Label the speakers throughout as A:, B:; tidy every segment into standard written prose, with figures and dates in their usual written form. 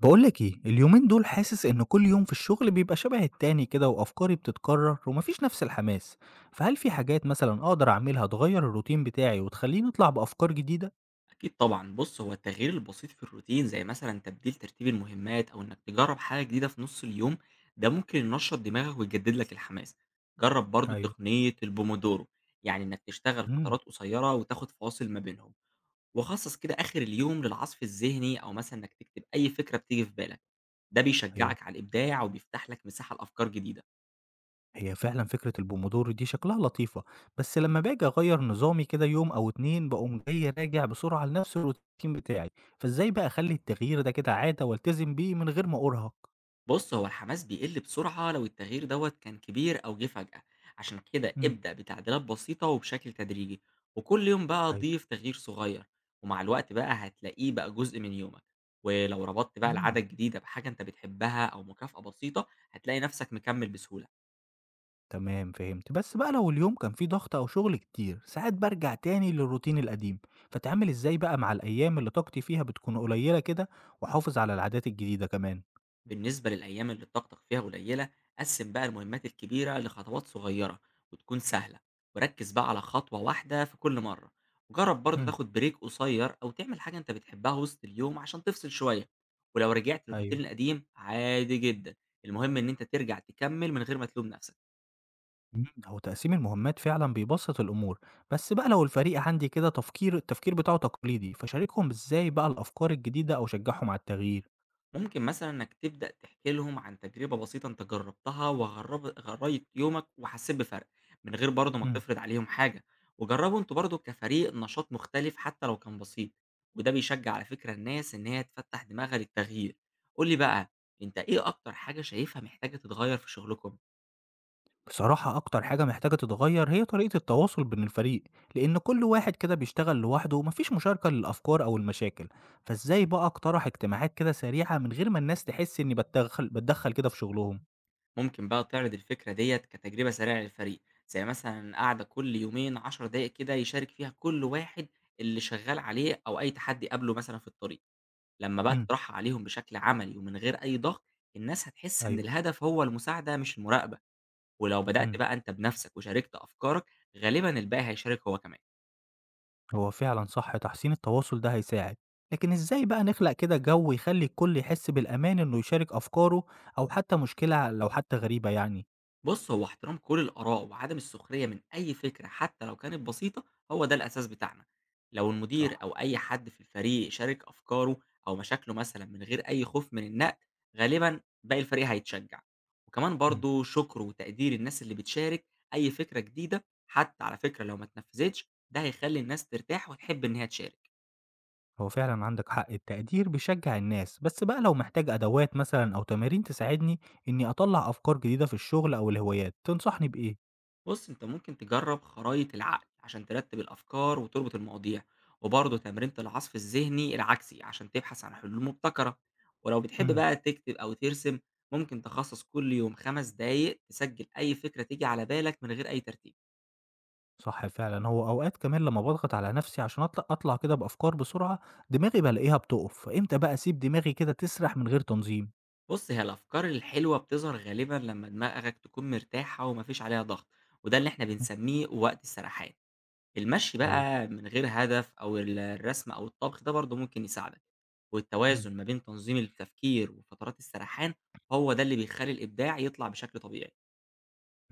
A: بقولك ايه، اليومين دول حاسس ان كل يوم في الشغل بيبقى شبه التاني كده وافكاري بتتكرر ومفيش نفس الحماس. فهل في حاجات مثلا اقدر اعملها تغير الروتين بتاعي وتخليني اطلع بافكار جديدة؟
B: أكيد طبعًا، بُص هو التغيير البسيط في الروتين زي مثلًا تبديل ترتيب المهمات أو إنك تجرب حاجة جديدة في نُص اليوم، ده ممكن ينشط دماغك ويجدد لك الحماس، جرب برضه
A: ايوه.
B: تقنية البومودورو، يعني إنك تشتغل
A: امم.
B: فترات قصيرة وتاخد فواصل ما بينهم، وخصص كده آخر اليوم للعصف الذهني أو مثلًا إنك تكتب أي فكرة بتيجي في بالك، ده
A: ايوه.
B: بيشجعك على الإبداع وبيفتح لك مساحة لأفكار جديدة.
A: هي فعلا فكرة البومودور دي شكلها لطيفة. بس لما باجي اغير نظامي كده يوم او اتنين، بقوم جاي راجع بسرعة لنفس الروتين بتاعي. فازاي بقى اخلي التغيير ده كده عادة والتزم بيه من غير ما ارهق؟
B: بُص، هو الحماس بيقل بسرعة لو التغيير دوّة كان كبير أو جه فجأة، عشان كده
A: امم.
B: ابدأ بتعديلات بسيطة وبشكل تدريجي، وكل يوم بقى
A: ايوه.
B: ضيف تغيير صغير، ومع الوقت بقى هتلاقيه بقى جزء من يومك، ولو ربطت بقى العادة
A: امم.
B: الجديدة بحاجة أنت بتحبها أو مكافأة بسيطة، هتلاقي نفسك مكمل بسهولة.
A: تمام فهمت، بس بقى لو اليوم كان فيه ضغط أو شغل كتير، ساعات بارجع تاني للروتين القديم، فأتعامل إزاي بقى مع الأيام اللي طاقتي فيها بتكون قليلة كده وأحافظ على العادات الجديدة كمان؟
B: بالنسبة للأيام اللي طاقتك فيها قليلة، قسم بقى المهمات الكبيرة لخطوات صغيرة وتكون سهلة، وركز بقى على خطوة واحدة في كل مرة، وجرب برضه
A: إمم.
B: تاخد بريك قصير أو تعمل حاجة أنت بتحبها وسط اليوم عشان تفصل شوية. ولو رجعت للروتين
A: أيوه.
B: القديم عادي جدا، المهم إن أنت ترجع تكمل من غير ما تلوم نفسك.
A: هو تقسيم المهمات فعلًا بيبسط الأمور. بس بقى لو الفريق عندي كده التفكير بتاعه تقليدي، فاشاركهم إزاي بقى الأفكار الجديدة أو أشجعهم على التغيير؟
B: ممكن مثلًا إنك تبدأ تحكي لهم عن تجربة بسيطة أنت جربتها غيّرت يومك وحسيت بفرق، من غير برضه ما
A: إمم.
B: تفرض عليهم حاجة، وجربوا أنتم برضه كفريق نشاط مختلف حتى لو كان بسيط، وده بيشجع على فكرة الناس إن هي تفتح دماغها للتغيير. قُل لي بقى، أنت إيه أكتر حاجة شايفها محتاجة تتغير في شغلكم؟
A: بصراحة أكتر حاجة محتاجة تتغير هي طريقة التواصل بين الفريق، لأن كل واحد كده بيشتغل لوحده ومفيش مشاركة للأفكار أو المشاكل. فإزاي بقى أقترح اجتماعات كده سريعة من غير ما الناس تحس إني بتدخل كده في شغلهم؟
B: ممكن بقى تعرض الفكرة ديّة كتجربة سريعة للفريق، زي مثلًا قعدة كل يومين 10 دقايق كده يشارك فيها كل واحد اللي شغال عليه أو أي تحدي قابله مثلًا في الطريق. لمّا بقى
A: امم.
B: تطرحها عليهم بشكل عملي ومن غير أي ضغط، الناس هتحس إن
A: أيوه.
B: الهدف هو المساعدة مش المراقبة، ولو بدأت
A: امم.
B: بقى أنت بنفسك وشاركت أفكارك، غالبًا الباقي هيشارك هو كمان.
A: هو فعلا صح، تحسين التواصل ده هيساعد. لكن إزاي بقى نخلق كده جو يخلي الكل يحس بالأمان إنه يشارك أفكاره أو حتى مشكلة لو حتى غريبة يعني؟
B: بص هو احترام كل الآراء وعدم السخرية من أي فكرة حتى لو كانت بسيطة هو ده الأساس بتاعنا. لو المدير
A: صح.
B: أو أي حد في الفريق شارك أفكاره أو مشاكله مثلا من غير أي خوف من النقد، غالبا باقي الفريق هيتشجع. وكمان
A: مم.
B: برضو شكر وتقدير الناس اللي بتشارك أي فكرة جديدة حتى على فكرة لو ما اتنفذتش، ده هيخلي الناس ترتاح وتحب إن هي تشارك.
A: هو فعلا عندك حق، التقدير بيشجع الناس. بس بقى لو محتاج أدوات مثلا أو تمارين تساعدني إني أطلع أفكار جديدة في الشغل أو الهوايات تنصحني بإيه؟
B: بص انت ممكن تجرب خرايط العقل عشان ترتب الافكار وتربط المواضيع، وبرضه تمرينة العصف الذهني العكسي عشان تبحث عن حلول مبتكرة، ولو بتحب
A: امم.
B: بقى تكتب او ترسم، ممكن تخصص كل يوم 5 دقايق تسجل اي فكرة تيجي على بالك من غير اي ترتيب.
A: صح فعلا، هو أوقات كمان لما بضغط على نفسي عشان أطلع كده بأفكار بسرعة دماغي بلاقيها بتقف. فإمتى بقى أسيب دماغي كده تسرح من غير تنظيم؟
B: بص هي الافكار الحلوة بتظهر غالبا لما دماغك تكون مرتاحة ومفيش عليها ضغط، وده اللي احنا بنسميه وقت السرحان. المشي
A: ايوه.
B: بقى من غير هدف او الرسم او الطبخ ده برضه ممكن يساعدك،
A: امم.
B: والتوازن ما بين تنظيم التفكير وفترات السرحان هو ده اللي بيخلي الإبداع يطلع بشكل طبيعي.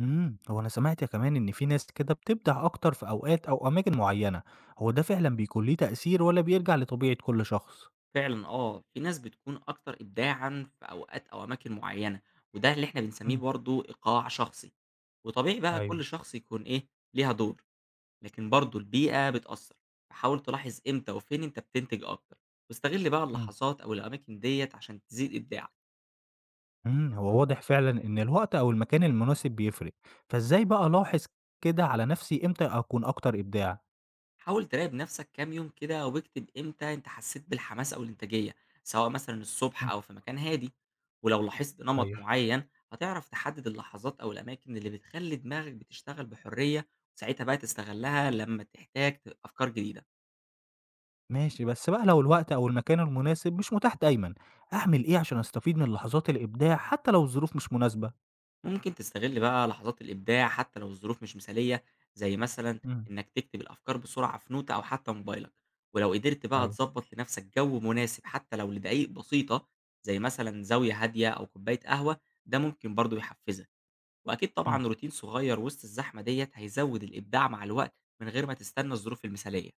A: هو انا سمعت كمان ان في ناس كده بتبدع اكتر في اوقات او اماكن معينة. هو ده فعلا بيكون ليه تأثير ولا بيرجع لطبيعة كل شخص؟
B: فعلًا آه، في ناس بتكون أكتر إبداعًا في أوقات أو أماكن معيّنة، وده اللي إحنا بنسميه
A: امم.
B: برضه إيقاع شخصي. وطبيعي بقى كل
A: ايوه.
B: شخص يكون إيه، ليها دور، لكن برضه البيئة بتأثّر، فحاول تلاحظ إمتى وفين أنت بتنتج أكتر، واستغل بقى
A: مم.
B: اللحظات أو الأماكن ديّة عشان تزيد إبداعك.
A: هو واضح فعلًا إن الوقت أو المكان المناسب بيفرق. فإزاي بقى ألاحظ كده على نفسي إمتى أكون أكتر إبداع؟
B: حاول تراقب نفسك كام يوم كده واكتب امتى انت حسيت بالحماس او الانتاجيه، سواء مثلا الصبح
A: إمم.
B: او في مكان هادي. ولو لاحظت نمط
A: أيوه.
B: معين هتعرف تحدد اللحظات او الاماكن اللي بتخلي دماغك بتشتغل بحريه، وساعتها بقى تستغلها لما تحتاج افكار جديده.
A: ماشي، بس بقى لو الوقت أو المكان المناسب مش متاح دايمًا، أعمل إيه عشان أستفيد من لحظات الإبداع حتى لو الظروف مش مناسبة؟
B: ممكن تستغل بقى لحظات الإبداع حتى لو الظروف مش مثالية، زي مثلا
A: إمم.
B: إنك تكتب الأفكار بسرعة في نوتة أو حتى موبايلك. ولو قدرت بقى
A: أيوه.
B: تظبط لنفسك جو مناسب حتى لو لدقايق بسيطة، زي مثلا زاوية هادية أو كوباية قهوة، ده ممكن برضه يحفزك. وأكيد
A: إمم.
B: طبعا روتين صغير وسط الزحمة ديت هيزود الإبداع مع الوقت، من غير ما تستنى الظروف المثالية.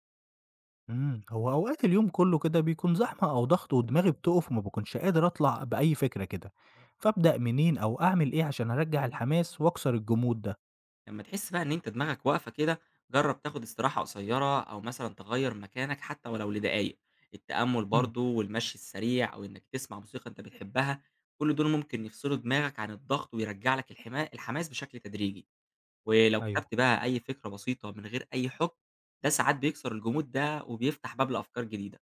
A: هو أوقات اليوم كله كده بيكون زحمة أو ضغط ودماغي بتقف وما باكونش قادر أطلع بأي فكرة كده. فأبدأ منين أو أعمل إيه عشان أرجّع الحماس وأكسر الجمود ده؟
B: لما تحس بقى إن أنت دماغك واقفة كده، جرّب تاخد استراحة قصيرة أو مثلًا تغيّر مكانك حتى ولو لدقايق، التأمل
A: إمم.
B: برضه والمشي السريع أو إنك تسمع موسيقى أنت بتحبها، كل دول ممكن يفصلوا دماغك عن الضغط ويرجع لك الحماس بشكل تدريجي، ولو
A: أيوه.
B: كتبت بقى أي فكرة بسيطة من غير أي حكم، ده ساعات بيكسر الجمود ده وبيفتح باب لأفكار جديدة.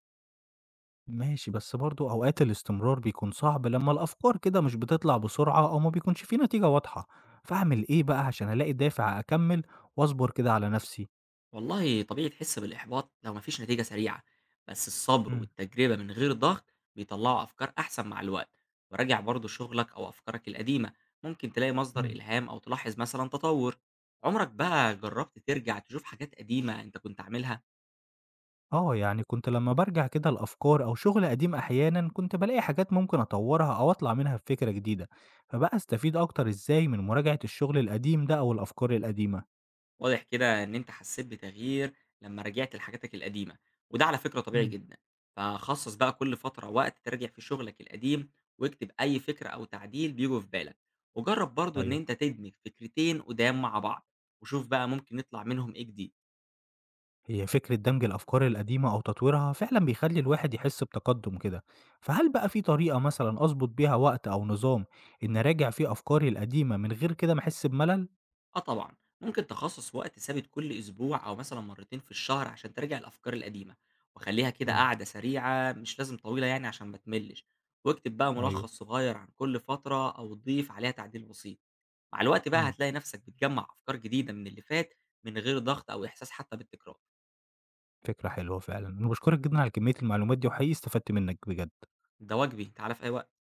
A: ماشي، بس برضه أوقات الاستمرار بيكون صعب لمّا الأفكار كده مش بتطلع بسرعة أو ما بيكونش في نتيجة واضحة، فأعمل إيه بقى عشان ألاقي دافع أكمّل وأصبر كده على نفسي؟
B: والله طبيعي تحس بالإحباط لو مفيش نتيجة سريعة، بس الصبر
A: إمم.
B: والتجربة من غير ضغط بيطلعوا أفكار أحسن مع الوقت. وراجع برضو شغلك أو أفكارك القديمة، ممكن تلاقي مصدر
A: إمم.
B: إلهام أو تلاحظ مثلا تطور. عمرك بقى جربت ترجع تشوف حاجات قديمة أنت كنت عاملها؟
A: آه، يعني كنت لمّا بارجع كده لأفكار أو شغل قديم أحيانًا كنت بالاقي حاجات ممكن أطوّرها أو أطلع منها بفكرة جديدة، فبقى أستفيد أكتر إزاي من مراجعة الشغل القديم ده أو الأفكار القديمة؟
B: واضح كده إن أنت حسيت بتغيير لمّا رجعت لحاجاتك القديمة، وده على فكرة طبيعي
A: إمم.
B: جدًا، فخصص بقى كل فترة وقت تراجع فيه شغلك القديم، واكتب أي فكرة أو تعديل بييجوا في بالك، وجرب برضه إن
A: أيوه.
B: أنت تدمج فكرتين قدام مع بعض، وشوف بقى ممكن يطلع منهم إيه جديد.
A: هي فكرة دمج الأفكار القديمة أو تطويرها فعلا بيخلي الواحد يحس بتقدم كده. فهل بقى في طريقة مثلا أظبط بيها وقت أو نظام إن أراجع فيه أفكاري القديمة من غير كده ما أحس بملل؟
B: آه طبعًا ممكن تخصص وقت ثابت كل أسبوع أو مثلًا مرتين في الشهر عشان تراجع الأفكار القديمة، وخليها كده
A: امم.
B: قعدة سريعة مش لازم طويلة يعني عشان ما تملش، واكتب بقى
A: أيوه.
B: ملخص صغير عن كل فترة أو ضيف عليها تعديل بسيط. مع الوقت بقى
A: امم.
B: هتلاقي نفسك بتجمّع أفكار جديدة من اللي فات، من غير ضغط أو إحساس حتى بالتكرار.
A: فكرة حلوة فعلا، أنا بشكرك جدا على كمية المعلومات دي وحقيقي استفدت منك بجد.
B: ده واجبي، تعالَ في أي وقت.